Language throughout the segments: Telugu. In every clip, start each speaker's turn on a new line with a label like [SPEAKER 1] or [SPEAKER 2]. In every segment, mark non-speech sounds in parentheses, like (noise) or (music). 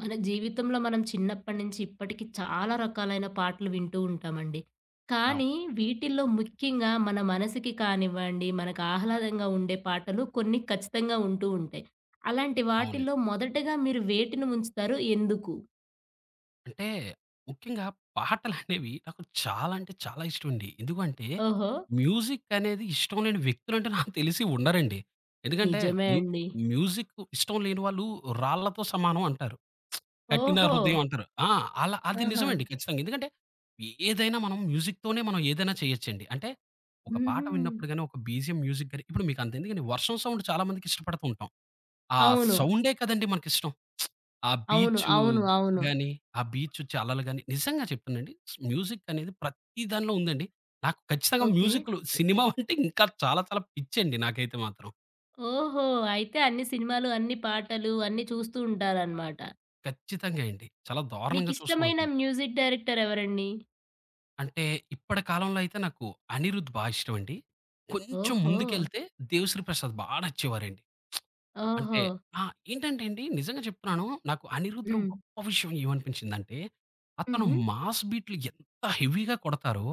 [SPEAKER 1] మన జీవితంలో మనం చిన్నప్పటి నుంచి ఇప్పటికి చాలా రకాలైన పాటలు వింటూ ఉంటామండి.
[SPEAKER 2] అవును.
[SPEAKER 1] కానీ వీటిల్లో ముఖ్యంగా మన మనసుకి కానివ్వండి, మనకు ఆహ్లాదంగా ఉండే పాటలు కొన్ని ఖచ్చితంగా ఉంటూ ఉంటాయి. అలాంటి
[SPEAKER 2] అవునండి.
[SPEAKER 1] వాటిల్లో మొదటగా మీరు వేటిని ఉంచుతారు? ఎందుకు?
[SPEAKER 2] అంటే ముఖ్యంగా పాటలనేవి నాకు చాలా ఇష్టమండి. ఎందుకంటే
[SPEAKER 1] ఓహో!
[SPEAKER 2] మ్యూజిక్ అనేది ఇష్టం లేని వ్యక్తులంటే నాకు తెలిసి ఉండరండి. ఎందుకంటే
[SPEAKER 1] నిజమే
[SPEAKER 2] మ్యూ
[SPEAKER 1] అండి.
[SPEAKER 2] మ్యూజిక్ ఇష్టం లేని వాళ్ళు రాళ్ళతో సమానం అంటారు. కట్టిన
[SPEAKER 1] ఓహో!
[SPEAKER 2] హృదయం అంటారు. అలా అది
[SPEAKER 1] ఆహా!
[SPEAKER 2] నిజమండి ఖచ్చితంగా. ఎందుకంటే ఏదైనా మనం మ్యూజిక్‌తోనే మనం ఏదైనా చేయొచ్చండి. ఒక పాట
[SPEAKER 1] హుహు.
[SPEAKER 2] విన్నప్పుడు గాని, ఒక బీజీఎం మ్యూజిక్ గాని ఇప్పుడు మీకు అంతెందుకండి, వర్షం సౌండ్ చాలా మందికి ఇష్టపడుతూ ఉంటాం. ఆ
[SPEAKER 1] అవును.
[SPEAKER 2] సౌండే కదండీ మనకిష్టం. ఆ
[SPEAKER 1] అవును.
[SPEAKER 2] బీచు
[SPEAKER 1] అవును. అవును.
[SPEAKER 2] గాని, ఆ బీచొచ్చే అలలు గాని, నిజంగా చెప్తానండి, మ్యూజిక్ అనేది ప్రతి దానిలో ఉందండి. నాకు ఖచ్చితంగా
[SPEAKER 1] ఓకే.
[SPEAKER 2] మ్యూజిక్‌లు సినిమా అంటే ఇంకా చాలా చాలా పిచ్చండి నాకైతే మాత్రం.
[SPEAKER 1] ఓహో! అయితే అన్ని సినిమాలు, అన్ని పాటలు అన్నీ చూస్తూ ఉంటారనమాట.
[SPEAKER 2] ఖచ్చితంగా అండి. చాలా దారుణంగా చూస్తూ
[SPEAKER 1] మీకిష్టమైన
[SPEAKER 2] ఉంటాను.
[SPEAKER 1] మ్యూజిక్ డైరెక్టర్ ఎవరండి?
[SPEAKER 2] అంటే ఇప్పటి కాలంలో అయితే నాకు అనిరుద్ బా ఇష్టమండి. కొంచెం
[SPEAKER 1] ఓహో!
[SPEAKER 2] ముందుకెళ్తే దేవిశ్రీ ప్రసాద్ బా నచ్చేవారండి. అంటే
[SPEAKER 1] ఓహో!
[SPEAKER 2] ఆ! ఏంటంటే అండి నిజంగా చెప్తున్నాను. నాకు అనిరుద్‌లో
[SPEAKER 1] హ్మ్.
[SPEAKER 2] గొప్ప విషయం ఏమనిపించిందంటే, అతను
[SPEAKER 1] హుహు.
[SPEAKER 2] మాస్ బీట్‌లు ఎంత హెవీగా కొడతారో,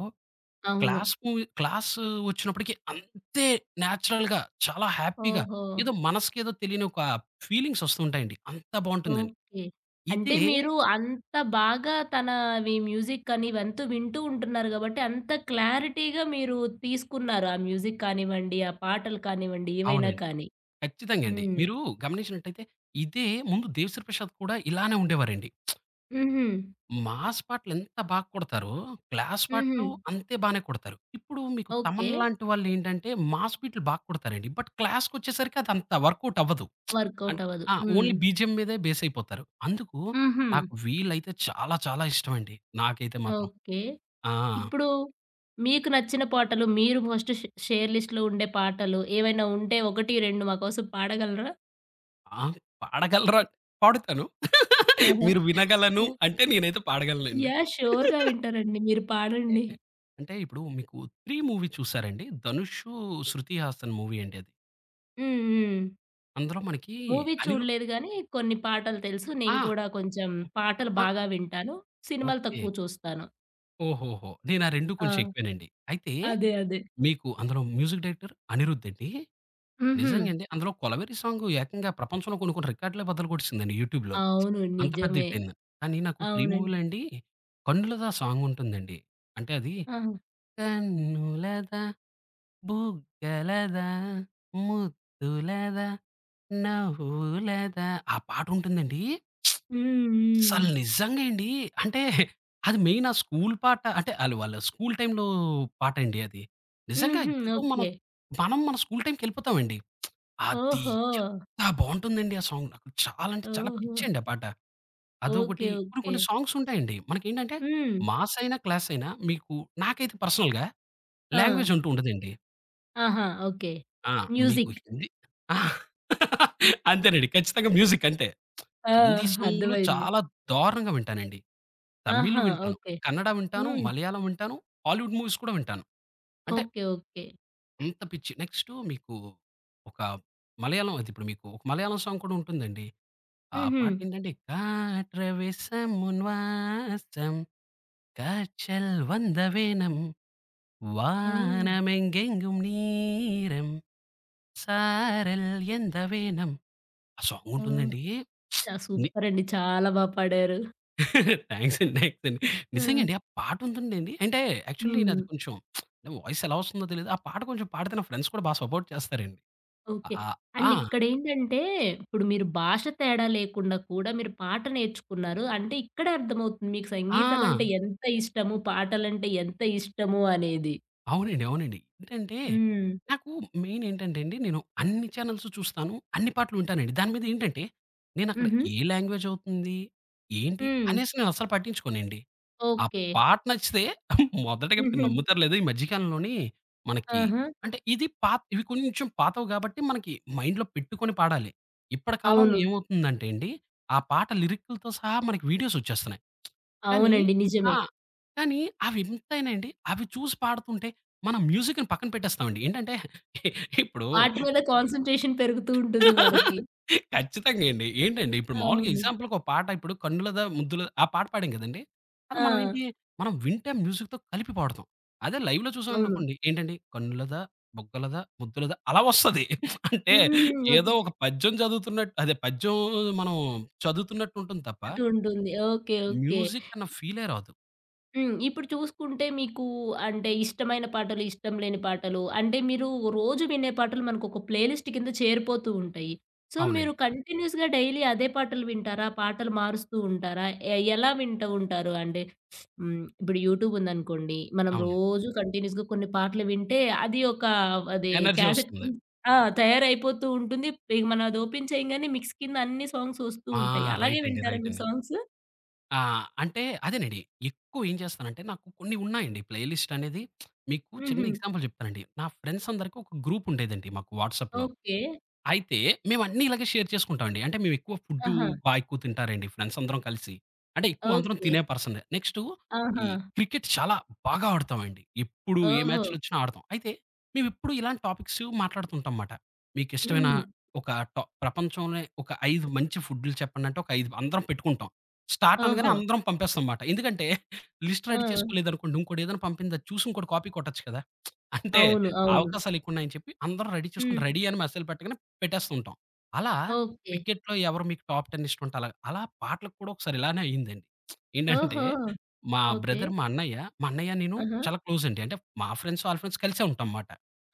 [SPEAKER 1] అవును.
[SPEAKER 2] క్లాస్ వచ్చినప్పటికి అంతే నేచురల్‌గా చాలా హ్యాపీగా
[SPEAKER 1] ఓహో!
[SPEAKER 2] ఏదో మనసుకేదో తెలియని ఒక ఫీలింగ్స్ వస్తూ ఉంటాయండి. అంత బావుంటుందండి.
[SPEAKER 1] ఓకే. అంటే
[SPEAKER 2] ఇదే
[SPEAKER 1] మీరు అంత బాగా తనవి మ్యూజిక్ అని ఇవంతా వింటూ ఉంటున్నారు గాబట్టి, అంత క్లారిటీగా మీరు తీసుకున్నారు. ఆ మ్యూజిక్ కానివ్వండి, ఆ పాటలు కానివ్వండి, ఏవైనా
[SPEAKER 2] అవునండి.
[SPEAKER 1] కానీ.
[SPEAKER 2] ఖచ్చితంగా అండి.
[SPEAKER 1] హ్మ్.
[SPEAKER 2] మీరు గమనించినట్టయితే ఇదే ముందు 'దేవిశ్రీ ప్రసాద్' కూడా ఇలానే ఉండేవారండి.
[SPEAKER 1] హుహు.
[SPEAKER 2] మాస్ పాటలు ఎంత బాగా కొడతారో, క్లాస్
[SPEAKER 1] హుహు.
[SPEAKER 2] పాటలు అంతే బానే కొడతారు. ఇప్పుడు మీకు
[SPEAKER 1] ఓకే.
[SPEAKER 2] తమన్ లాంటి వాళ్ళేంటంటే మాస్ బీట్లు బాగా కొడతారండి. బట్ క్లాస్‌కొచ్చేసరికి అదంత వర్కౌట్ అవ్వదు.
[SPEAKER 1] వర్కౌట్
[SPEAKER 2] అన్
[SPEAKER 1] అవ్వదు.
[SPEAKER 2] ఆ!
[SPEAKER 1] హ్మ్.
[SPEAKER 2] ఓన్లీ బీజీఎం మీదే బేస్ అయిపోతారు. అందుకు
[SPEAKER 1] హుహు.
[SPEAKER 2] నాకు వీళ్ళైతే చాలా చాలా ఇష్టమండి. నాకైతే మాత్రం.
[SPEAKER 1] ఓకే.
[SPEAKER 2] ఆ!
[SPEAKER 1] ఇప్పుడు మీకు నచ్చిన పాటలు, మీరు ఫస్ట్ షేర్ లిస్ట్‌లో ఉండే పాటలు ఏవైనా ఉంటే 1, 2 మా కోసం పాడగలరా?
[SPEAKER 2] ఆ! పాడగలరా? పాడుతాను.
[SPEAKER 1] ఆహా!
[SPEAKER 2] మీరు వినగలను
[SPEAKER 1] యాహ్!
[SPEAKER 2] అంటే నేనైతే పాడగలనండి.
[SPEAKER 1] యాహ్! ష్యూర్‌గా వింటారండి. మీరు పాడండి.
[SPEAKER 2] అంటే అంటే ఇప్పుడు మీకు 'త్రీ' మూవీ చూసారండి? ధనుషు, శృతి హాసన్ మూవీ అండి అది.
[SPEAKER 1] హ్మ్. హ్మ్.
[SPEAKER 2] అందులో మనకి
[SPEAKER 1] మూవీ
[SPEAKER 2] అనిరు
[SPEAKER 1] చూడలేదు గానీ, కొన్ని పాటలు తెలుసు. నేను
[SPEAKER 2] ఆ!
[SPEAKER 1] కూడా కొంచెం పాటలు
[SPEAKER 2] ఆ!
[SPEAKER 1] బాగా వింటాను. సినిమాలు
[SPEAKER 2] ఓకే.
[SPEAKER 1] తక్కువ చూస్తాను.
[SPEAKER 2] ఓహోహో! నేనా 2
[SPEAKER 1] ఆ!
[SPEAKER 2] కొంచెం ఎక్కువేనండి. అయితే
[SPEAKER 1] అదే. అదే.
[SPEAKER 2] మీకు అందులో మ్యూజిక్ డైరెక్టర్ అనిరుద్ అండి.
[SPEAKER 1] హుహు.
[SPEAKER 2] నిజంగా అండి. అందులో 'కొలవెరి సాంగ్' ఏకంగా ప్రపంచంలో కొన్ని కొన్ని రికార్డులే బద్దలు కొట్టేసిందండి యూట్యూబ్‌లో.
[SPEAKER 1] అవును.
[SPEAKER 2] అంత పెద్ద
[SPEAKER 1] నిజమే.
[SPEAKER 2] హిట్ అయింది. కానీ నాకు 3
[SPEAKER 1] అవునండి.
[SPEAKER 2] మూవీలో అండి 'కన్నులదా' సాంగ్ ఉంటుందండి. అది
[SPEAKER 1] ఆహా!
[SPEAKER 2] కన్నులదా, బుగ్గలదా, ముద్దులదా, నవ్వులదా ఆ పాటుంటుందండి.
[SPEAKER 1] హ్మ్. హ్మ్.
[SPEAKER 2] అసలు నిజంగా అండి. అంటే అది మెయిన్ ఆ స్కూల్ పాట అంటే వాళ్ళ స్కూల్ టైమ్‌లో పాటండి అది. నిజంగా
[SPEAKER 1] హుహు.
[SPEAKER 2] ఏదో
[SPEAKER 1] ఓకే.
[SPEAKER 2] మనం మన స్కూల్ టైమ్‌కెళ్ళిపోతామండి. అది
[SPEAKER 1] ఓహో!
[SPEAKER 2] ఎంత బావుంటుందండి ఆ సాంగ్. నాకు చాలా
[SPEAKER 1] ఓహో!
[SPEAKER 2] పిచ్చండి ఆ పాట.
[SPEAKER 1] ఓకే.
[SPEAKER 2] అదొకటి కొన్ని
[SPEAKER 1] ఓకే.
[SPEAKER 2] కొన్ని సాంగ్స్ ఉంటాయండి. మనకేంటంటే
[SPEAKER 1] హ్మ్.
[SPEAKER 2] మాస్ అయినా, క్లాస్ అయినా మీకు నాకైతే పర్సనల్‌గా
[SPEAKER 1] ఆ!
[SPEAKER 2] లాంగ్వేజ్ అంటూ ఉండదండి.
[SPEAKER 1] ఆహా! ఓకే.
[SPEAKER 2] ఆ! మీకు
[SPEAKER 1] మ్యూజిక్.
[SPEAKER 2] హిందీ ఆ! (laughs) అంతేనండి. ఖచ్చితంగా మ్యూజిక్ అంతే.
[SPEAKER 1] ఆ!
[SPEAKER 2] హిందీ సాంగులు
[SPEAKER 1] అర్థమైంది.
[SPEAKER 2] చాలా దారుణంగా వింటానండి. తమిళ్
[SPEAKER 1] ఆహా!
[SPEAKER 2] వింటాను,
[SPEAKER 1] ఓకే.
[SPEAKER 2] కన్నడ వింటాను,
[SPEAKER 1] హ్మ్.
[SPEAKER 2] మలయాళం వింటాను, హాలీవుడ్ మూవీస్ కూడా వింటాను. అంటే
[SPEAKER 1] ఓకే. ఓకే.
[SPEAKER 2] అంత పిచ్చి. నెక్స్టు మీకు ఒక మలయాళం అది ఇప్పుడు మీకు ఒక మలయాళం సాంగ్ కూడా ఉంటుందండి. ఆ
[SPEAKER 1] హుహు.
[SPEAKER 2] పాటేంటంటే "కాற்றవెసం ఉన్ వాసం కాற்றல் வந்தவேனம்
[SPEAKER 1] ఓహ్!
[SPEAKER 2] వానమెంగెంగుం నీరం సారల్ ఎందవేనం" ఆ
[SPEAKER 1] ఓహ్!
[SPEAKER 2] సాంగుంటుందండి.
[SPEAKER 1] చా
[SPEAKER 2] ని
[SPEAKER 1] సూపరండి. చాలా బా పాడారు.
[SPEAKER 2] థాంక్స్ అండి. థాంక్స్ అండి.
[SPEAKER 1] ఆ!
[SPEAKER 2] నిజంగండి. ఆ పాటుంటుందండి. యాక్చువల్లీ
[SPEAKER 1] హ్మ్.
[SPEAKER 2] నాది కొంచెం, వాయిస్ ఎలా వస్తుందో తెలీదు. ఆ పాట కొంచెం పాడితే నా ఫ్రెండ్స్ కూడా బా సపోర్ట్ చేస్తారండి.
[SPEAKER 1] ఓకే.
[SPEAKER 2] ఆహ్, ఆ!
[SPEAKER 1] అండ్ ఇక్కడేంటంటే, ఇప్పుడు మీరు భాష తేడా లేకుండా కూడా మీరు పాట నేర్చుకున్నారు. అంటే ఇక్కడే అర్థమవుతుంది మీకు
[SPEAKER 2] ఆ!
[SPEAKER 1] సంగీతం అంటే ఎంత ఇష్టము, పాటలంటే ఎంత ఇష్టము అనేది.
[SPEAKER 2] అవునండి. అవునండి. ఏంటంటే
[SPEAKER 1] హ్మ్.
[SPEAKER 2] నాకు మెయిన్ ఏంటంటే అండి, నేను అన్ని చానెల్స్ చూస్తాను. అన్ని పాటలు వింటానండి. దాని మీద ఏంటంటే నేనక్కడ
[SPEAKER 1] హుహు.
[SPEAKER 2] ఏ లాంగ్వేజ్ అవుతుంది? ఏంటి?
[SPEAKER 1] హ్మ్.
[SPEAKER 2] అనేసి నేను అస్సలు పట్టించుకోనండి. ఆ
[SPEAKER 1] ఓకే.
[SPEAKER 2] పాట నచ్చితే మొదటగా మీరు
[SPEAKER 1] హుహు.
[SPEAKER 2] నమ్ముతారో లేదో, ఈ మధ్య కాలంలోని మనకి,
[SPEAKER 1] ఆహా!
[SPEAKER 2] అంటే ఇది ఇవి కొంచెం పాతవి కాబట్టి మనకి మైండ్‌లో పెట్టుకొని పాడాలి. ఇప్పటి కాలంలో
[SPEAKER 1] అవును.
[SPEAKER 2] ఏమవుతుందంటే అండి, ఆ పాట లిరిక్కులతో సహా మనకి వీడియోస్ వచ్చేస్తున్నాయి. కానీ
[SPEAKER 1] అవునండి.
[SPEAKER 2] ఆ!
[SPEAKER 1] నిజమే.
[SPEAKER 2] కానీ అవి ఎంతైనా అండి, అవి చూసి పాడుతుంటే మనం మ్యూజిక్‌ని పక్కన పెట్టేస్తామండి. ఏంటంటే ఇప్పుడు
[SPEAKER 1] వాటి మీద కాన్సంట్రేషన్ పెరుగుతూ ఉంటుంది మనకి.
[SPEAKER 2] ఖచ్చితంగా అండి. ఏంటండి ఇప్పుడు మామూలుగా
[SPEAKER 1] అవును.
[SPEAKER 2] ఎగ్జాంపుల్‌కి ఒక పాట ఇప్పుడు 'కన్నులదా ముద్దులదా' ఆ పాట పాడాం కదండీ! అది
[SPEAKER 1] ఆ!
[SPEAKER 2] మనం మనం వింటాం, మ్యూజిక్‌తో కలిపి పాడుతాం. అదే లైవ్‌లో
[SPEAKER 1] అవును.
[SPEAKER 2] చూసామనుకోండి, ఏంటండి 'కన్నులదా బొగ్గలదా ముద్దులదా' అలా వస్తది. అంటే
[SPEAKER 1] హ్మ్.
[SPEAKER 2] ఏదో
[SPEAKER 1] ఓకే.
[SPEAKER 2] ఒక పద్యం చదువుతున్నట్టు, అదే పద్యం మనం చదువుతున్నట్టు ఉంటుంది తప్ప
[SPEAKER 1] అటు ఉంటుంది. ఓకే. ఓకే.
[SPEAKER 2] మ్యూజిక్ అన్న ఫీలే రాదు.
[SPEAKER 1] హ్మ్. ఇప్పుడు చూసుకుంటే మీకు అంటే ఇష్టమైన పాటలు, ఇష్టం లేని పాటలు అంటే మీరు రోజు వినే పాటలు మనకొక ప్లే లిస్ట్ కింద చేరిపోతూ ఉంటాయి. సో, మీరు
[SPEAKER 2] అవునండి.
[SPEAKER 1] కంటిన్యూయస్‌గా డైలీ అదే పాటలు వింటారా? పాటలు మారుస్తూ ఉంటారా? ఎలా వింటూ ఉంటారు? అంటే హ్మ్. ఇప్పుడు యూట్యూబ్ ఉందనుకోండి. మనం
[SPEAKER 2] అవును.
[SPEAKER 1] రోజు కంటిన్యూయస్‌గా కొన్ని పాటలు వింటే అది ఒక అది
[SPEAKER 2] ఎనర్జీ
[SPEAKER 1] క్యాసెట్
[SPEAKER 2] వస్తుంది.
[SPEAKER 1] కింద ఆ! తయారైపోతూ ఉంటుంది. ఇగ మనం అది ఓపెన్ చేయంగానే మిక్స్ కింద అన్ని సాంగ్స్ వస్తూ
[SPEAKER 2] ఆ!
[SPEAKER 1] ఉంటాయి. అలాగే
[SPEAKER 2] రైట్ అండి.
[SPEAKER 1] వింటారా
[SPEAKER 2] రైట్
[SPEAKER 1] మీరు
[SPEAKER 2] అండి.
[SPEAKER 1] సాంగ్స్?
[SPEAKER 2] ఆ! అంటే అదేనండి. ఎక్కువ ఏం చేస్తానంటే నాకు కొన్ని ఉన్నాయండి ప్లే లిస్ట్ అనేది. మీకు చిన్న
[SPEAKER 1] హుహు.
[SPEAKER 2] ఎగ్జాంపుల్ చెప్తానండి. నా ఫ్రెండ్స్ అందరికి ఒక గ్రూప్ ఉండేదండి మాకు వాట్సాప్‌లో.
[SPEAKER 1] ఓకే.
[SPEAKER 2] అయితే మేమన్నీ ఇలాగే షేర్ చేసుకుంటామండి. అంటే మేమెక్కువ ఫుడ్డు
[SPEAKER 1] ఆహా!
[SPEAKER 2] బా ఎక్కువ తింటారండి, ఫ్రెండ్స్ అందరం కలిసి. అంటే ఎక్కువ అందరం
[SPEAKER 1] ఓకే.
[SPEAKER 2] తినే పర్సనే. నెక్స్టు
[SPEAKER 1] ఆహా!
[SPEAKER 2] ఈ క్రికెట్ చాలా బాగా ఆడతామండి. ఎప్పుడు ఏ
[SPEAKER 1] ఓహో!
[SPEAKER 2] మ్యాచ్‌లొచ్చినా ఆడతాం. అయితే మేమెప్పుడు ఇలాంటి టాపిక్స్ మాట్లాడుతుంటాం మాట. మీకిష్టమైన
[SPEAKER 1] హ్మ్.
[SPEAKER 2] ఒక టా ప్రపంచంలోనే ఒక 5 మంచి ఫుడ్‌లు చెప్పండంటే, ఒక 5 అందరం పెట్టుకుంటాం. స్టార్ట్ అనగానే
[SPEAKER 1] ఓహో!
[SPEAKER 2] అందరం పంపేస్తాం మాట. ఎందుకంటే లిస్ట్
[SPEAKER 1] ఆ!
[SPEAKER 2] రెడీ చేసుకోలేదనుకోండి, ఇంకోడేదైనా పంపింది అది చూసి ఇంకోడు కాపీ కొట్టొచ్చు కదా! అంటే
[SPEAKER 1] అవును. అవును.
[SPEAKER 2] అవకాశాలెక్కువున్నాయని చెప్పి అందరం రెడీ చేసుకొని
[SPEAKER 1] హ్మ్.
[SPEAKER 2] రెడీ అని మెసేజ్‌లు పెట్టగానే పెట్టేస్తూ ఉంటాం. అలా
[SPEAKER 1] ఓకే.
[SPEAKER 2] క్రికెట్‌లో ఎవరు మీకు టాప్ 10 ఇష్టముంటే అలాగా. అలా అలా పాటలకు కూడా ఒకసారి ఇలానే అయిందండి. ఏంటంటే
[SPEAKER 1] ఓహో! ఓకే.
[SPEAKER 2] మా అన్నయ్య, మా అన్నయ్య నేను
[SPEAKER 1] ఆహా!
[SPEAKER 2] చాలా క్లోజ్ అండి. అంటే మా ఫ్రెండ్స్, ఆళ్ళ ఫ్రెండ్స్ కలిసే ఉంటాం మాట.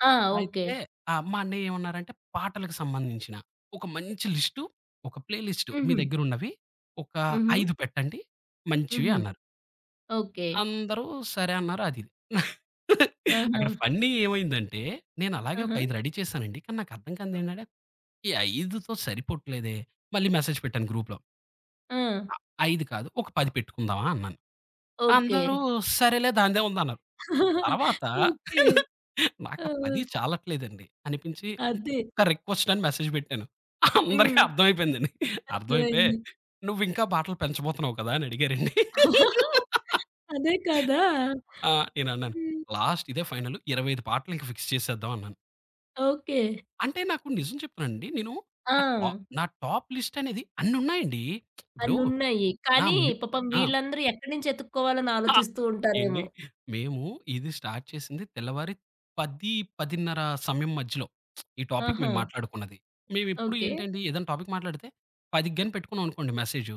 [SPEAKER 1] ఆ! ఓకే.
[SPEAKER 2] అయితే ఆ! మా అన్నయ్య ఏమన్నారంటే పాటలకు సంబంధించిన ఒక మంచి లిస్టు, ఒక ప్లే లిస్టు మీ
[SPEAKER 1] హుహు.
[SPEAKER 2] దగ్గరున్నవి ఒక
[SPEAKER 1] హుహు.
[SPEAKER 2] 5 పెట్టండి మంచివి
[SPEAKER 1] హుహు.
[SPEAKER 2] అన్నారు.
[SPEAKER 1] ఓకే.
[SPEAKER 2] అందరూ సరే అన్నారు, అది ఇది.
[SPEAKER 1] ఆహా!
[SPEAKER 2] అక్కడ ఫన్నీ ఏమైందంటే నేను అలాగే ఒక
[SPEAKER 1] ఆహా!
[SPEAKER 2] 5 రెడీ చేశానండి. కానీ నాకు అర్థం కానిదేంటంటే ఈ 5తో సరిపోవట్లేదే. మళ్ళీ మెసేజ్ పెట్టాను గ్రూప్‌లో.
[SPEAKER 1] ఆ!
[SPEAKER 2] 5 కాదు ఒక 10 పెట్టుకుందామా అన్నాను.
[SPEAKER 1] ఓకే.
[SPEAKER 2] అందరూ సరేలే దానిదే ఉందన్నారు. తర్వాత
[SPEAKER 1] ఓకే.
[SPEAKER 2] (laughs) నాకు
[SPEAKER 1] ఆ!
[SPEAKER 2] ఆ 10 చాలట్లేదండి అనిపించి
[SPEAKER 1] అదే.
[SPEAKER 2] ఒక్క రిక్వెస్ట్ అని మెసేజ్ పెట్టాను. అందరికీ
[SPEAKER 1] హ్మ్.
[SPEAKER 2] అర్థమైపోయిందండి. అర్థమైపోయి
[SPEAKER 1] అర్థమైంది.
[SPEAKER 2] "నువ్వింకా బాటలు పెంచబోతున్నావు కదా!" అని అడిగారండి.
[SPEAKER 1] అదే కదా!
[SPEAKER 2] ఆ! నేనన్నాను
[SPEAKER 1] హ్మ్.
[SPEAKER 2] "లాస్ట్ ఇదే ఫైనల్ 25 పాటలు ఇంక ఫిక్స్ చేసేద్దాం" అన్నాను.
[SPEAKER 1] ఓకే.
[SPEAKER 2] అంటే నాకు నిజం చెప్తున్నానండి. నేను
[SPEAKER 1] ఆ!
[SPEAKER 2] నా టా నా టాప్ లిస్ట్ అనేది అన్నున్నాయండి. ఇప్పుడు
[SPEAKER 1] అన్నున్నయి.
[SPEAKER 2] నా
[SPEAKER 1] కానీ
[SPEAKER 2] మ్యు
[SPEAKER 1] పాపం
[SPEAKER 2] ఆ!
[SPEAKER 1] వీళ్ళందరూ ఎక్కడి నుంచి ఎతుక్కోవాలని
[SPEAKER 2] ఆ!
[SPEAKER 1] ఆలోచిస్తూ
[SPEAKER 2] ఏండి
[SPEAKER 1] ఉంటారేమో.
[SPEAKER 2] మేము ఇది స్టార్ట్ చేసింది తెల్లవారి 10, 10:30 సమయం మధ్యలో. ఈ టాపిక్
[SPEAKER 1] ఆహా!
[SPEAKER 2] మేము మాట్లాడుకున్నది. మేమెప్పుడు
[SPEAKER 1] ఓకే.
[SPEAKER 2] ఏంటండి ఏదైనా టాపిక్ మాట్లాడితే 10కి గాని పెట్టుకున్నాం అనుకోండి మెసేజు.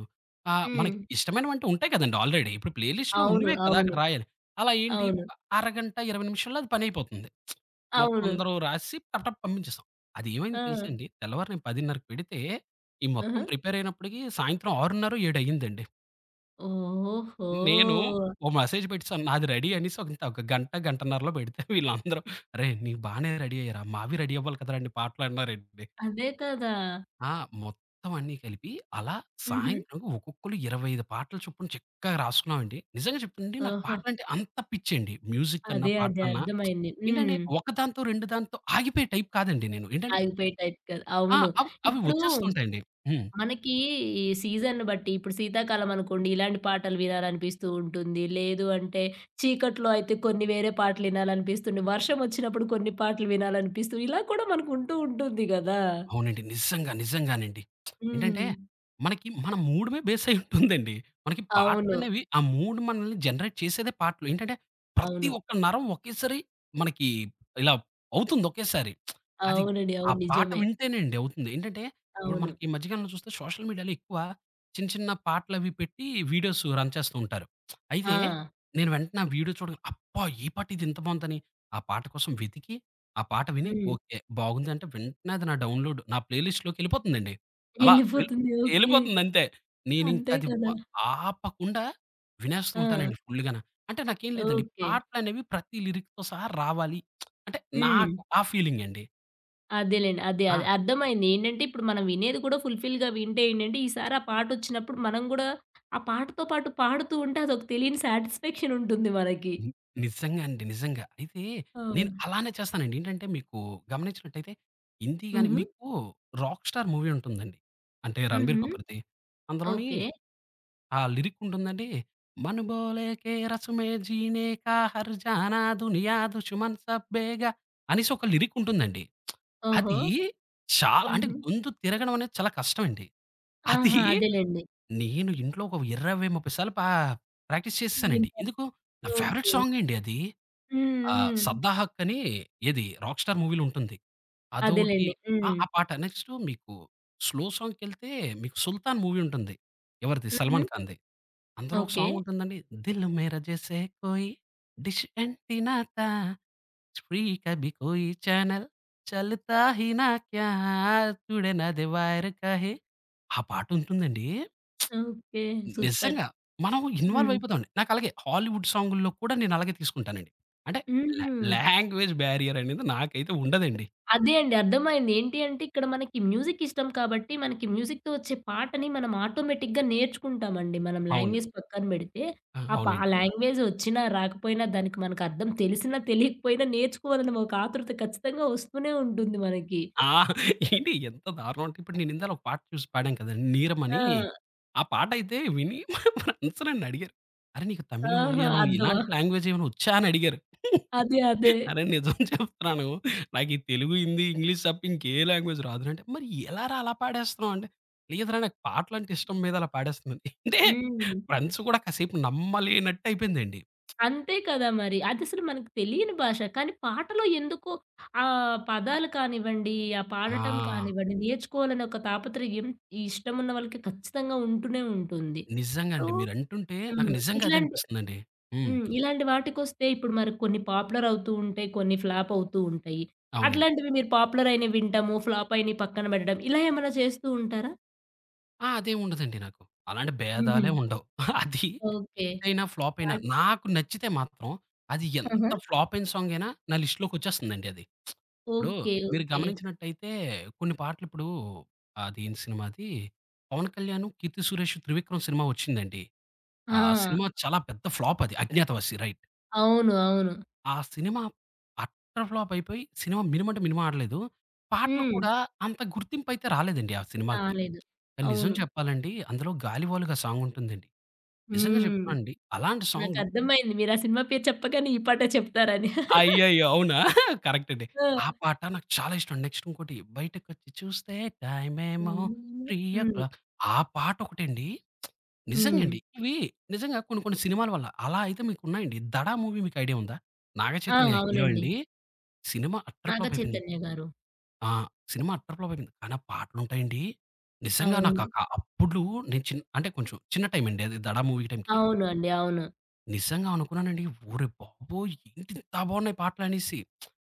[SPEAKER 2] ఆహ్,
[SPEAKER 1] హ్మ్.
[SPEAKER 2] మనకి ఇష్టమైనవంటూ ఉంటాయి కదండీ ఆల్రెడీ. ఇప్పుడు ప్లే లిస్ట్‌లో
[SPEAKER 1] అవును.
[SPEAKER 2] ఉన్నవే కదా! అక్కడ
[SPEAKER 1] అవును.
[SPEAKER 2] రాయాలి. అలా ఏంటి
[SPEAKER 1] అవును.
[SPEAKER 2] ఒక అరగంట, 20 నిమిషాల్లో అది పనైపోతుంది. మొత్తం
[SPEAKER 1] అవును.
[SPEAKER 2] అందరూ రాసి టప్ టప్ పంపించేసాం. అదేమైంది తెలుసా
[SPEAKER 1] ఆ!
[SPEAKER 2] అండి, తెల్లవారు నేను 10:30కి పెడితే, ఈ మొత్తం
[SPEAKER 1] ఆహా!
[SPEAKER 2] ప్రిపేర్ అయినప్పటికి సాయంత్రం 6:30, 7 అయిందండి.
[SPEAKER 1] ఓహో!
[SPEAKER 2] నేను ఓ మెసేజ్ పెట్టేసాను. నాది రెడీ అనేసి ఇంత ఒక గంట, గంటన్నరలో పెడితే వీళ్ళందరూ "అరేయ్! నీవి బానే రెడీ అయ్యారా? మావి రెడీ అవ్వాలి కదరండి పాటలు" అన్నారండి.
[SPEAKER 1] అదే కదా!
[SPEAKER 2] ఆ! మొత్తం అన్నీ కలిపి అలా
[SPEAKER 1] హుహు.
[SPEAKER 2] సాయంత్రం ఒక్కొక్కళ్ళు 25 పాటలు చొప్పున చక్కగా రాసుకున్నామండి. నిజంగా చెప్తానండి నాకు
[SPEAKER 1] ఓహో!
[SPEAKER 2] పాటలంటే అంత పిచ్చండి. మ్యూజిక్ అన్నా,
[SPEAKER 1] అదే. అదే.
[SPEAKER 2] పాటలన్నా
[SPEAKER 1] అర్థమైంది.
[SPEAKER 2] ఏంటంటే
[SPEAKER 1] హ్మ్.
[SPEAKER 2] ఒకదాంతో, రెండు దాంతో ఆగిపోయే టైప్ కాదండి నేను. ఏంటంటే
[SPEAKER 1] ఆగిపోయే టైప్ కాదు.
[SPEAKER 2] ఆ!
[SPEAKER 1] అవును.
[SPEAKER 2] అవ్ అవి
[SPEAKER 1] ఇప్పుడు
[SPEAKER 2] వచ్చేస్తుంటాయండి. హ్మ్.
[SPEAKER 1] మనకి ఈ సీజన్‌ని బట్టి ఇప్పుడు శీతాకాలం అనుకోండి ఇలాంటి పాటలు వినాలనిపిస్తూ ఉంటుంది. లేదు అంటే చీకట్లో అయితే కొన్ని వేరే పాటలు వినాలనిపిస్తుంది. వర్షం వచ్చినప్పుడు కొన్ని పాటలు వినాలనిపిస్తూ ఇలా కూడా మనకు ఉంటూ ఉంటుంది గదా!
[SPEAKER 2] అవునండి. నిజంగా. నిజంగానండి. ఏంటంటే,
[SPEAKER 1] హ్మ్.
[SPEAKER 2] మనకి మన మూడుమే బేస్ అయి ఉంటుందండి. మనకి
[SPEAKER 1] అవును.
[SPEAKER 2] పాటలనేవి ఆ మూడ్ మనల్ని జనరేట్ చేసేదే పాటలు. ఏంటంటే, ప్రతి
[SPEAKER 1] అవును.
[SPEAKER 2] ఒక్క నరం ఒకేసారి మనకి ఇలా అవుతుంది ఒకేసారి. అది
[SPEAKER 1] అవునండి.
[SPEAKER 2] ఆ
[SPEAKER 1] అవును.
[SPEAKER 2] పాట
[SPEAKER 1] నిజమే.
[SPEAKER 2] వింటేనే అండి అవుతుంది. ఏంటంటే, ఇప్పుడు
[SPEAKER 1] అవును.
[SPEAKER 2] మనకి ఈ మధ్య కాలంలో చూస్తే సోషల్ మీడియాలో ఎక్కువ చిన్న చిన్న పాటలవి పెట్టి వీడియోస్ రన్ చేస్తూ ఉంటారు. అయితే,
[SPEAKER 1] ఆ!
[SPEAKER 2] నేను వెంటనే ఆ వీడియో చూడగా అబ్బా! ఈ పాట ఇది ఇంత బావుందని, ఆ పాట కోసం వెతికి ఆ పాట విని
[SPEAKER 1] హ్మ్.
[SPEAKER 2] ఓకే. బాగుందంటే వెంటనే అది నా డౌన్‌లోడ్ నా ప్లే లిస్ట్‌లోకెళ్ళిపోతుందండి. అలా వెల్
[SPEAKER 1] ఎళ్ళిపోతుంది. ఓకే.
[SPEAKER 2] ఎళ్ళిపోతుందంతే. నేనింక
[SPEAKER 1] అంతే
[SPEAKER 2] అది
[SPEAKER 1] కదా!
[SPEAKER 2] వ ఆపకుండా వినేస్తూ
[SPEAKER 1] ఆ!
[SPEAKER 2] ఉంటానండి ఫుల్‌గాన. అంటే నాకేం లేదండి.
[SPEAKER 1] ఓకే.
[SPEAKER 2] పాటలనేవి ప్రతి లిరిక్‌తో సహా రావాలి. అంటే
[SPEAKER 1] హ్మ్.
[SPEAKER 2] నాకు ఆ ఫీలింగండి.
[SPEAKER 1] అదేలెండి. అదే. అదే.
[SPEAKER 2] ఆ!
[SPEAKER 1] అర్థమైంది. ఏంటంటే, ఇప్పుడు మనం వినేది కూడా ఫుల్‌ఫిల్‌గా వింటే ఏంటంటే, ఈసారి ఆ పాటొచ్చినప్పుడు మనం గూడా ఆ పాటతో పాటు పాడుతూ ఉంటే అదొక తెలియని సాటిస్ఫాక్షన్ ఉంటుంది మనకి.
[SPEAKER 2] ని నిజంగా అండి. నిజంగా. అయితే
[SPEAKER 1] అవును.
[SPEAKER 2] నేను అలానే చేస్తానండి. ఏంటంటే మీకు గమనించినట్టయితే హిందీ గాని
[SPEAKER 1] హుహు.
[SPEAKER 2] మీకు 'రాక్ స్టార్' మూవీ ఉంటుందండి. అంటే 'రణబీర్
[SPEAKER 1] హుహు.
[SPEAKER 2] కపూర్‌ది.' అందులోని
[SPEAKER 1] ఓకే.
[SPEAKER 2] ఆ లిరిక్ ఉంటుందండి. 'मन बोले के रस में जीने का हर जाना दुनिया दुश्मन सब बेगा' అనేసి ఒక లిరిక్ ఉంటుందండి.
[SPEAKER 1] ఓహో!
[SPEAKER 2] అది చాలా అంటే
[SPEAKER 1] హుహు.
[SPEAKER 2] గొంతు తిరగడం అనేది చాలా కష్టమండి. అది
[SPEAKER 1] ఆహా! అదేలెండి.
[SPEAKER 2] నేను ఇంట్లో ఒక 20, 30 సార్లు ప్రాక్టీస్ చేసేసానండి.
[SPEAKER 1] వింటారు.
[SPEAKER 2] ఎందుకు, నా ఫేవరెట్
[SPEAKER 1] ఓకే.
[SPEAKER 2] సాంగ్ అండి అది.
[SPEAKER 1] హ్మ్.
[SPEAKER 2] ఆహ్,
[SPEAKER 1] హ్మ్.
[SPEAKER 2] 'సద్దా హక్' అని ఏది 'రాక్ స్టార్' మూవీలో ఉంటుంది. అదోటి
[SPEAKER 1] అదేలెండి.
[SPEAKER 2] ఆ!
[SPEAKER 1] హ్మ్.
[SPEAKER 2] ఆ పాట. నెక్స్టు మీకు స్లో సాంగ్‌కెళ్తే మీకు 'సుల్తాన్' మూవీ ఉంటుంది. ఎవరిది
[SPEAKER 1] హుహు.
[SPEAKER 2] 'సల్మాన్ ఖాన్‌ది.' అందులో ఒక
[SPEAKER 1] ఓకే.
[SPEAKER 2] సాంగ్ ఉంటుందండి. 'దిల్ మేరా జైసే కోయి డిష్ యాంటీనా తా. ఫ్రీ కభీ కోయి చానల్ చల్తా హీ నా క్యా చూడే నాదే వైర్ కా హే' ఆ పాటుంటుందండి.
[SPEAKER 1] ఓకే. సూపర్.
[SPEAKER 2] నిజంగా మనం ఇన్వాల్వ్
[SPEAKER 1] హ్మ్.
[SPEAKER 2] అయిపోతామండి. నాకలాగే హాలీవుడ్ సాంగుల్లో కూడా నేను అలాగే తీసుకుంటానండి. అంటే లా
[SPEAKER 1] హుహు.
[SPEAKER 2] లాంగ్వేజ్ బ్యారియర్ అనేది నాకైతే ఉండదండి.
[SPEAKER 1] అదే అండి. అర్థమైంది. ఏంటి అంటే ఇక్కడ మనకి మ్యూజిక్ ఇష్టం కాబట్టి మనకి మ్యూజిక్‌తో వచ్చే పాటని మనం ఆటోమేటిక్‌గా నేర్చుకుంటామండి. మనం
[SPEAKER 2] అవును.
[SPEAKER 1] లాంగ్వేజ్ పక్కన పెడితే
[SPEAKER 2] ఆ!
[SPEAKER 1] ఆ
[SPEAKER 2] అవునండి.
[SPEAKER 1] లాంగ్వేజ్ వచ్చినా రాకపోయినా దానికి మనకు అర్థం తెలిసినా తెలియకపోయినా నేర్చుకోవాలన్న ఒక ఆతృత ఖచ్చితంగా వస్తూనే ఉంటుంది మనకి.
[SPEAKER 2] ఆ! ఏండి ఎంత దారుణం అంటే, ఇప్పుడు నేను ఇందాల ఒక పాట చూసి పాడాను కదండీ 'నీరం'
[SPEAKER 1] ఆ!
[SPEAKER 2] అని. ఆ పాట అయితే విని (laughs) మా ఫ్రెండ్స్ నన్ను అడిగారు. "అరె! నీకు తమిళం,
[SPEAKER 1] ఆహా!
[SPEAKER 2] మలయాళం
[SPEAKER 1] అర్థమా?
[SPEAKER 2] ఇలాంటి లాంగ్వేజ్ ఏమైనా వచ్చా?" అని అడిగారు.
[SPEAKER 1] అదే. అదే.
[SPEAKER 2] అరె! నిజం చెప్తున్నాను. నాకు ఈ తెలుగు, హిందీ, ఇంగ్లీష్ తప్ప ఇంకే లాంగ్వేజ్ రాదురా! అంటే "మరి ఎలారా అలా పాడేస్తున్నావు?" అంటే "లేదురా నాకు పాటలంటే ఇష్టం మీద అలా పాడేస్తున్నాను." అంటే
[SPEAKER 1] హ్మ్.
[SPEAKER 2] ఫ్రెండ్స్ కూడా కాసేపు నమ్మలేనట్టు అయిపోయిందండి.
[SPEAKER 1] అంతే కదా మరి. అదసలు మనకు తెలియని భాష. కానీ పాటలో ఎందుకో ఆ పదాలు కానివ్వండి, ఆ
[SPEAKER 2] ఆ!
[SPEAKER 1] పాడటం కానివ్వండి, నేర్చుకోవాలనే ఒక తాపత్రయం ఈ ఇష్టమున్న వాళ్ళకి ఖచ్చితంగా ఉంటూనే ఉంటుంది.
[SPEAKER 2] నిజంగా
[SPEAKER 1] సో
[SPEAKER 2] అండి. మీరంటుంటే నాకు
[SPEAKER 1] హ్మ్.
[SPEAKER 2] నిజంగా అదే
[SPEAKER 1] ఇట్లాంటి
[SPEAKER 2] అనిపిస్తుందండి. హ్మ్.
[SPEAKER 1] హ్మ్. ఇలాంటి వాటికొస్తే ఇప్పుడు మరి కొన్ని పాపులర్ అవుతూ ఉంటాయి. కొన్ని ఫ్లాప్ అవుతూ ఉంటాయి.
[SPEAKER 2] అవునండి.
[SPEAKER 1] అట్లాంటివి మీరు పాపులర్ అయినవి వింటము. ఫ్లాప్ అయినవి పక్కన పెట్టడం. ఇలా ఏమైనా చేస్తూ ఉంటారా?
[SPEAKER 2] అదేముండదండి నాకు. అలాంటి
[SPEAKER 1] హుహు.
[SPEAKER 2] భేదాలే ఉండవు. (laughs) అది
[SPEAKER 1] ఓకే.
[SPEAKER 2] హిట్టయినా, ఫ్లాపయినా
[SPEAKER 1] పాట్
[SPEAKER 2] నాకు నచ్చితే మాత్రం అది
[SPEAKER 1] ఆహా!
[SPEAKER 2] ఎంత ఫ్లాపయిన సాంగయినా నా లిస్ట్‌లోకొచ్చేస్తుందండి అది. ఇప్పుడు
[SPEAKER 1] ఓకే.
[SPEAKER 2] మీరు
[SPEAKER 1] ఓకే.
[SPEAKER 2] గమనించినట్టయితే కొన్ని పాటలిప్పుడు అదేం సినిమా అది? 'పవన్ కళ్యాణ్, కీర్తి సురేష్, త్రివిక్రమ్' సినిమా వచ్చిందండి. ఆ
[SPEAKER 1] ఆ!
[SPEAKER 2] సినిమా చాలా పెద్ద ఫ్లాపది 'అజ్ఞాతవాసి' రైట్.
[SPEAKER 1] అవును. అవును.
[SPEAKER 2] ఆ సినిమా అట్టర్ ఫ్లాపయిపోయి సినిమా మినిమంటే మినిమం ఆడలేదు. పాటలు
[SPEAKER 1] హ్మ్.
[SPEAKER 2] కూడా అంత గుర్తింపయితే రాలేదండి ఆ సినిమాకి.
[SPEAKER 1] రాలేదు.
[SPEAKER 2] కానీ నిజం
[SPEAKER 1] అవును.
[SPEAKER 2] చెప్పాలండి. అందులో 'గాలివాలుగా' సాంగుంటుందండి. నిజంగా
[SPEAKER 1] హ్మ్.
[SPEAKER 2] చెప్తున్నానండి. అలాంటి సాంగ్‌లు
[SPEAKER 1] నాకర్థమైంది. మీరా సినిమా పేరు చెప్పగానే ఈ పాటే చెప్తారని.
[SPEAKER 2] అయ్యయ్యో! అవునా? (laughs) కరెక్ట్ అండి. ఆ
[SPEAKER 1] ఆ!
[SPEAKER 2] పాట నాకు చాలా ఇష్టం. నెక్స్ట్ ఇంకోటి 'బయటకొచ్చి చూస్తే టైమేమో
[SPEAKER 1] ఏమేమో హ్మ్.
[SPEAKER 2] 3:00' ఆ పాటొకటండి.
[SPEAKER 1] హ్మ్.
[SPEAKER 2] నిజంగండి. ఇవి నిజంగా కొన్ని కొన్ని సినిమాల వల్ల అలా అయితే మీకున్నాయండి. 'దడ' మూవీ మీకు ఐడియా ఉందా?
[SPEAKER 1] ఆ!
[SPEAKER 2] నాగచైతన్య హీరో
[SPEAKER 1] అవునండి.
[SPEAKER 2] అండి. సినిమా అట్టర్ ఫ్లాప్ అయిపోయింది.
[SPEAKER 1] నాగచైతన్య గారు.
[SPEAKER 2] ఆ! సినిమా అట్టర్ ఫ్లాప్ అయిపోయింది. కానీ ఆ పాటలుంటాయండి. నిజంగా నాకు
[SPEAKER 1] అవును.
[SPEAKER 2] అప్పుడు నేను చిన్ అంటే కొంచెం చిన్న టైమ్ అండి అది 'దడా' మూవీ టైమ్‌కి.
[SPEAKER 1] అవును అండి. అవును.
[SPEAKER 2] నిజంగా అనుకున్నానండి. ఒరేయ్ బాబోయ్! ఏంటి ఇంత బాగున్నాయి పాటలనేసి.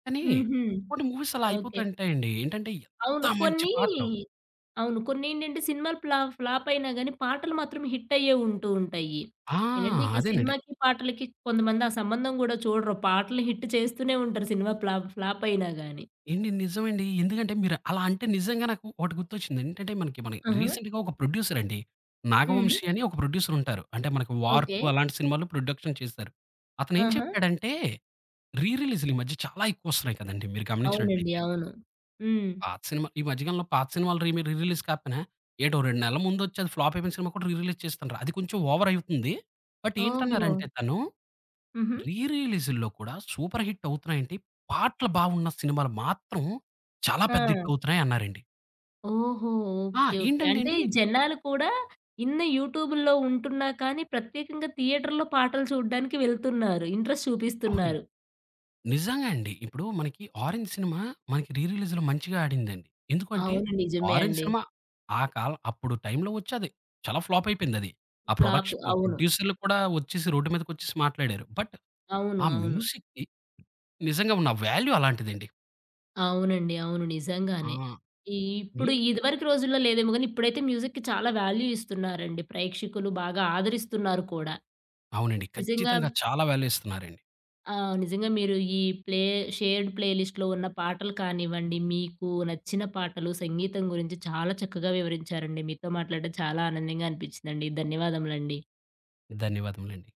[SPEAKER 2] కానీ
[SPEAKER 1] హుహు.
[SPEAKER 2] కొన్ని మూవీస్ అలా
[SPEAKER 1] ఓకే.
[SPEAKER 2] అయిపోతుంటాయండి. ఏంటంటే ఎంత
[SPEAKER 1] అవును.
[SPEAKER 2] మంచి
[SPEAKER 1] కొన్ని
[SPEAKER 2] పాటలు.
[SPEAKER 1] అవును. కొన్నేంటంటే, సినిమాలు ఫ్లాప్ అయినా గాని పాటలు మాత్రం హిట్ అయ్యేవి ఉంటూ ఉంటాయి.
[SPEAKER 2] ఆ!
[SPEAKER 1] ఏంటంటే ఇక
[SPEAKER 2] అదేనండి.
[SPEAKER 1] సినిమాకి, పాటలకి కొంతమంది ఆ సంబంధం గూడా చూడరు. పాటలు హిట్ చేస్తూనే ఉంటారు సినిమా ఫ్లాప్ అయినా గాని.
[SPEAKER 2] ఏండి నిజమండి. ఎందుకంటే మీరు అలా అంటే నిజంగా నాకు ఒకటి గుర్తొచ్చింది. ఏంటంటే మనకి మన
[SPEAKER 1] ఆహా!
[SPEAKER 2] రీసెంట్‌గా ఒక ప్రొడ్యూసర్ అండి.
[SPEAKER 1] హ్మ్.
[SPEAKER 2] 'నాగవంశి' అని ఒక ప్రొడ్యూసర్ ఉంటారు. అంటే మనకి 'వార్
[SPEAKER 1] ఓకే.
[SPEAKER 2] 2' అలాంటి సినిమాలు ప్రొడక్షన్ చేశారు. అతను ఏం
[SPEAKER 1] ఆహా!
[SPEAKER 2] చెప్పాడంటే రీ రిలీజ్‌లు ఈ మధ్య చాలా ఎక్కువొస్తున్నాయి కదండీ! మీరు
[SPEAKER 1] అవునండి.
[SPEAKER 2] గమనించినట్టయితే.
[SPEAKER 1] అవును. హ్మ్.
[SPEAKER 2] పాత సినిమా ఈ మధ్య కాలంలో పాత సినిమాలు రీ రిలీజ్ కాకపోయినా, ఏటో 2 నెలల ముందొచ్చి అది ఫ్లాప్ అయిపోయిన సినిమా కూడా రీ రిలీజ్ చేస్తున్నారు. అది కొంచెం ఓవర్ అవుతుంది. బట్
[SPEAKER 1] ఓహో!
[SPEAKER 2] ఏంటన్నారంటే తను,
[SPEAKER 1] హుహు.
[SPEAKER 2] రీ రిలీజ్‌ల్లో కూడా సూపర్ హిట్ అవుతున్నాయేంటి, పాటలు బావున్న సినిమాలు మాత్రం చాలా పెద్ద హిట్
[SPEAKER 1] ఆ!
[SPEAKER 2] అవుతున్నాయి అన్నారండి.
[SPEAKER 1] ఓహో!
[SPEAKER 2] ఆ!
[SPEAKER 1] ఓకే. ఓకే.
[SPEAKER 2] ఏంటంటే
[SPEAKER 1] అంటే
[SPEAKER 2] అండి
[SPEAKER 1] జనాలు కూడా ఇన్ని యూట్యూబుల్లో ఉంటున్నా కానీ ప్రత్యేకంగా థియేటర్‌లో పాటలు చూడ్డానికి వెళ్తున్నారు. ఇంట్రెస్ట్
[SPEAKER 2] అవునండి.
[SPEAKER 1] చూపిస్తున్నారు.
[SPEAKER 2] నిజంగా అండి. ఇప్పుడు మనకి 'ఆరెంజ్' సినిమా మనకి రీ రిలీజ్‌లో మంచిగా ఆడిందండి. ఎందుకంటే
[SPEAKER 1] అవును. నిజమే
[SPEAKER 2] 'ఆరెంజ్'
[SPEAKER 1] అండి.
[SPEAKER 2] సినిమా ఆ కాలం అప్పుడు టైంలో వచ్చి అది చాలా ఫ్లాప్ అయిపోయిందది. ఆ
[SPEAKER 1] ఫ్లాప్.
[SPEAKER 2] ప్రొడక్షన్
[SPEAKER 1] అవును.
[SPEAKER 2] ప్రొడ్యూసర్‌లు కూడా వచ్చేసి రోడ్డు మీదకొచ్చేసి మాట్లాడారు. బట్
[SPEAKER 1] అవును.
[SPEAKER 2] ఆ
[SPEAKER 1] అవును.
[SPEAKER 2] మ్యూజిక్‌కి నిజంగా ఉన్న వాల్యూ అలాంటిదండి.
[SPEAKER 1] అవునండి. అవును. నిజంగానే.
[SPEAKER 2] ఆ!
[SPEAKER 1] ఈ
[SPEAKER 2] ని
[SPEAKER 1] ఇప్పుడు ఇదివరకు రోజుల్లో లేదేమో గానీ ఇప్పుడైతే మ్యూజిక్‌కి చాలా వాల్యూ ఇస్తున్నారండి. ప్రేక్షకులు బాగా ఆదరిస్తున్నారు కూడా.
[SPEAKER 2] అవునండి.
[SPEAKER 1] నిజంగా
[SPEAKER 2] ఖచ్చితంగా చాలా వాల్యూ ఇస్తున్నారండి.
[SPEAKER 1] ఆ! నిజంగా మీరు ఈ ప్లే షేర్డ్ ప్లేలిస్ట్‌లో ఉన్న పాటలు కానివ్వండి, మీకు నచ్చిన పాటలు, సంగీతం గురించి చాలా చక్కగా వివరించారండి. మీతో మాట్లాడడం చాలా ఆనందంగా అనిపించిందండి. ధన్యవాదములండి.
[SPEAKER 2] ధన్యవాదములండి.